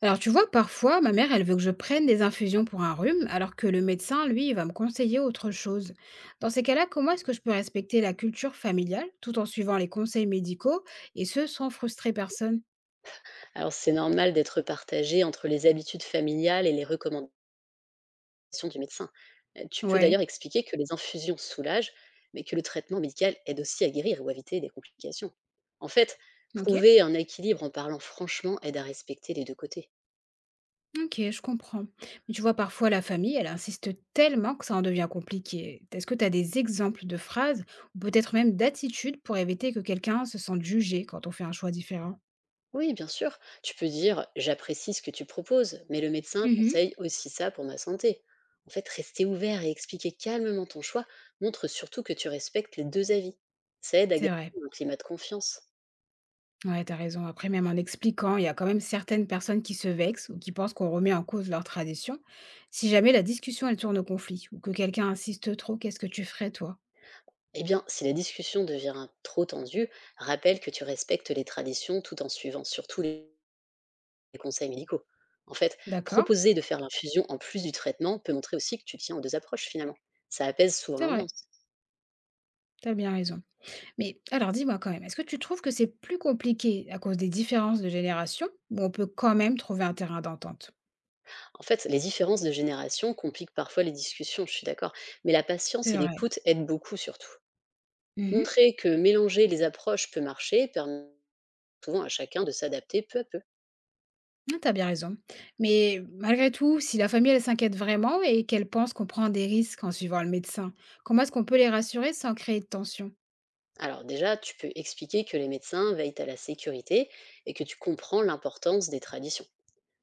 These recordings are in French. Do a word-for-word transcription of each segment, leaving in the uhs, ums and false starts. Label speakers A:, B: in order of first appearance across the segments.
A: Alors tu vois, parfois, ma mère, elle veut que je prenne des infusions pour un rhume, alors que le médecin, lui, il va me conseiller autre chose. Dans ces cas-là, comment est-ce que je peux respecter la culture familiale tout en suivant les conseils médicaux et ce, sans frustrer personne?
B: Alors, c'est normal d'être partagé entre les habitudes familiales et les recommandations du médecin. Euh, Tu peux d'ailleurs
A: Ouais,
B: expliquer que les infusions soulagent, mais que le traitement médical aide aussi à guérir ou à éviter des complications. En fait,
A: ok,
B: trouver un équilibre en parlant franchement aide à respecter les deux côtés.
A: ok, je comprends. Mais tu vois, parfois, la famille, elle insiste tellement que ça en devient compliqué. Est-ce que tu as des exemples de phrases ou peut-être même d'attitudes pour éviter que quelqu'un se sente jugé quand on fait un choix différent?
B: Oui, bien sûr, tu peux dire j'apprécie ce que tu proposes, mais le médecin
A: Mhm,
B: conseille aussi ça pour ma santé. En fait, rester ouvert et expliquer calmement ton choix montre surtout que tu respectes les deux avis. Ça aide à
A: c'est vrai.
B: garder un climat de confiance.
A: Ouais, t'as raison. Après, même en expliquant, il y a quand même certaines personnes qui se vexent ou qui pensent qu'on remet en cause leur tradition. Si jamais la discussion, elle tourne au conflit ou que quelqu'un insiste trop, qu'est-ce que tu ferais, toi?
B: Eh bien, si la discussion devient trop tendue, rappelle que tu respectes les traditions tout en suivant surtout les les conseils médicaux. En fait,
A: D'accord?
B: proposer de faire l'infusion en plus du traitement peut montrer aussi que tu tiens aux deux approches finalement. Ça apaise souvent
A: C'est vrai,
B: l'ambiance.
A: t'as bien raison. Mais alors, dis-moi quand même, est-ce que tu trouves que c'est plus compliqué à cause des différences de génération ou on peut quand même trouver un terrain d'entente?
B: En fait, les différences de génération compliquent parfois les discussions, je suis d'accord, mais la patience
A: C'est
B: et
A: vrai.
B: l'écoute aident beaucoup surtout.
A: Mhm.
B: Montrer que mélanger les approches peut marcher permet souvent à chacun de s'adapter peu à peu.
A: Ah, t'as bien raison. Mais malgré tout, si la famille, elle s'inquiète vraiment et qu'elle pense qu'on prend des risques en suivant le médecin, comment est-ce qu'on peut les rassurer sans créer de tension?
B: Alors déjà, tu peux expliquer que les médecins veillent à la sécurité et que tu comprends l'importance des traditions.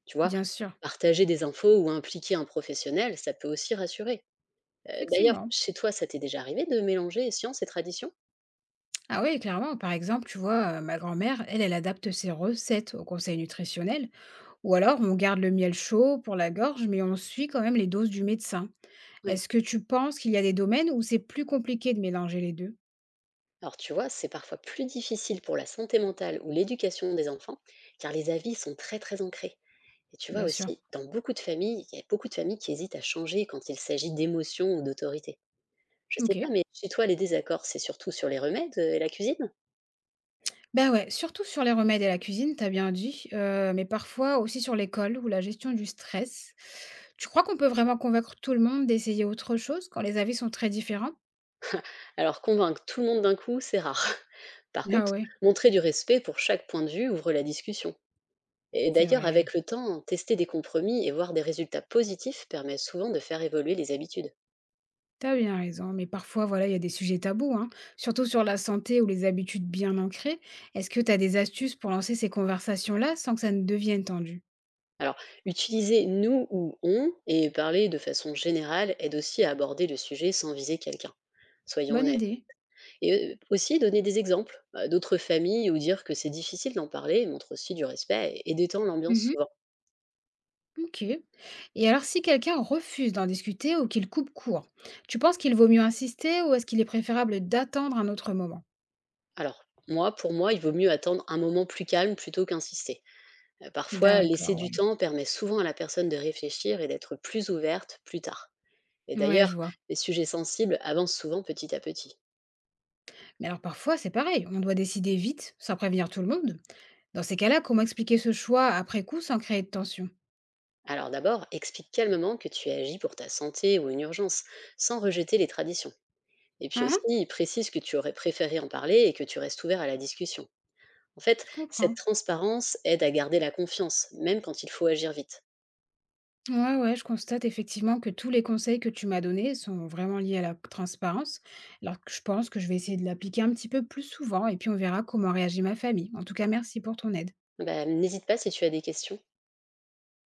B: Tu vois,
A: Bien sûr,
B: partager des infos ou impliquer un professionnel, ça peut aussi rassurer. Euh, D'ailleurs,
A: effectivement.
B: chez toi, ça t'est déjà arrivé de mélanger science et tradition?
A: Ah oui, clairement. Par exemple, tu vois, euh, ma grand-mère, elle, elle adapte ses recettes au conseil nutritionnel. Ou alors, on garde le miel chaud pour la gorge, mais on suit quand même les doses du médecin.
B: Oui.
A: Est-ce que tu penses qu'il y a des domaines où c'est plus compliqué de mélanger les deux?
B: Alors tu vois, c'est parfois plus difficile pour la santé mentale ou l'éducation des enfants, car les avis sont très très ancrés. Et tu vois
A: Bien sûr.
B: aussi, dans beaucoup de familles, il y a beaucoup de familles qui hésitent à changer quand il s'agit d'émotions ou d'autorité. Je sais
A: Ok.
B: pas, mais chez toi, les désaccords, c'est surtout sur les remèdes euh, et la cuisine.
A: Ben ouais, surtout sur les remèdes et la cuisine, t'as bien dit, euh, mais parfois aussi sur l'école ou la gestion du stress. Tu crois qu'on peut vraiment convaincre tout le monde d'essayer autre chose quand les avis sont très différents?
B: Alors convaincre tout le monde d'un coup, c'est rare. Par
A: Ah
B: contre,
A: ouais,
B: montrer du respect pour chaque point de vue ouvre la discussion. Et
A: c'est
B: d'ailleurs,
A: vrai.
B: avec le temps, tester des compromis et voir des résultats positifs permet souvent de faire évoluer les habitudes.
A: T'as bien raison, mais parfois, voilà, il y a des sujets tabous, hein, surtout sur la santé ou les habitudes bien ancrées. Est-ce que t'as des astuces pour lancer ces conversations-là sans que ça ne devienne tendu?
B: Alors, utiliser nous ou on et parler de façon générale aide aussi à aborder le sujet sans viser quelqu'un. Soyons
A: Bonne
B: honnêtes.
A: idée.
B: Et euh, aussi donner des exemples euh, d'autres familles ou dire que c'est difficile d'en parler montre aussi du respect et détend l'ambiance
A: Mhm,
B: souvent.
A: ok. Et alors, si quelqu'un refuse d'en discuter ou qu'il coupe court, tu penses qu'il vaut mieux insister ou est-ce qu'il est préférable d'attendre un autre moment?
B: Alors, moi, pour moi, il vaut mieux attendre un moment plus calme plutôt qu'insister. Heu, parfois, laisser
A: D'accord,
B: du
A: ouais.
B: temps permet souvent à la personne de réfléchir et d'être plus ouverte plus tard. Et
A: Ouais,
B: d'ailleurs,
A: je vois.
B: les sujets sensibles avancent souvent petit à petit.
A: Mais alors parfois, c'est pareil, on doit décider vite, sans prévenir tout le monde. Dans ces cas-là, comment expliquer ce choix après coup sans créer de tension?
B: Alors d'abord, explique calmement que tu agis pour ta santé ou une urgence, sans rejeter les traditions. Et puis
A: Ah, ah,
B: aussi, précise que tu aurais préféré en parler et que tu restes ouvert à la discussion. En fait,
A: je
B: cette
A: comprends.
B: transparence aide à garder la confiance, même quand il faut agir vite.
A: Ouais, ouais, je constate effectivement que tous les conseils que tu m'as donnés sont vraiment liés à la transparence. Alors que je pense que je vais essayer de l'appliquer un petit peu plus souvent et puis on verra comment réagit ma famille. En tout cas, merci pour ton aide.
B: Bah, n'hésite pas si tu as des questions.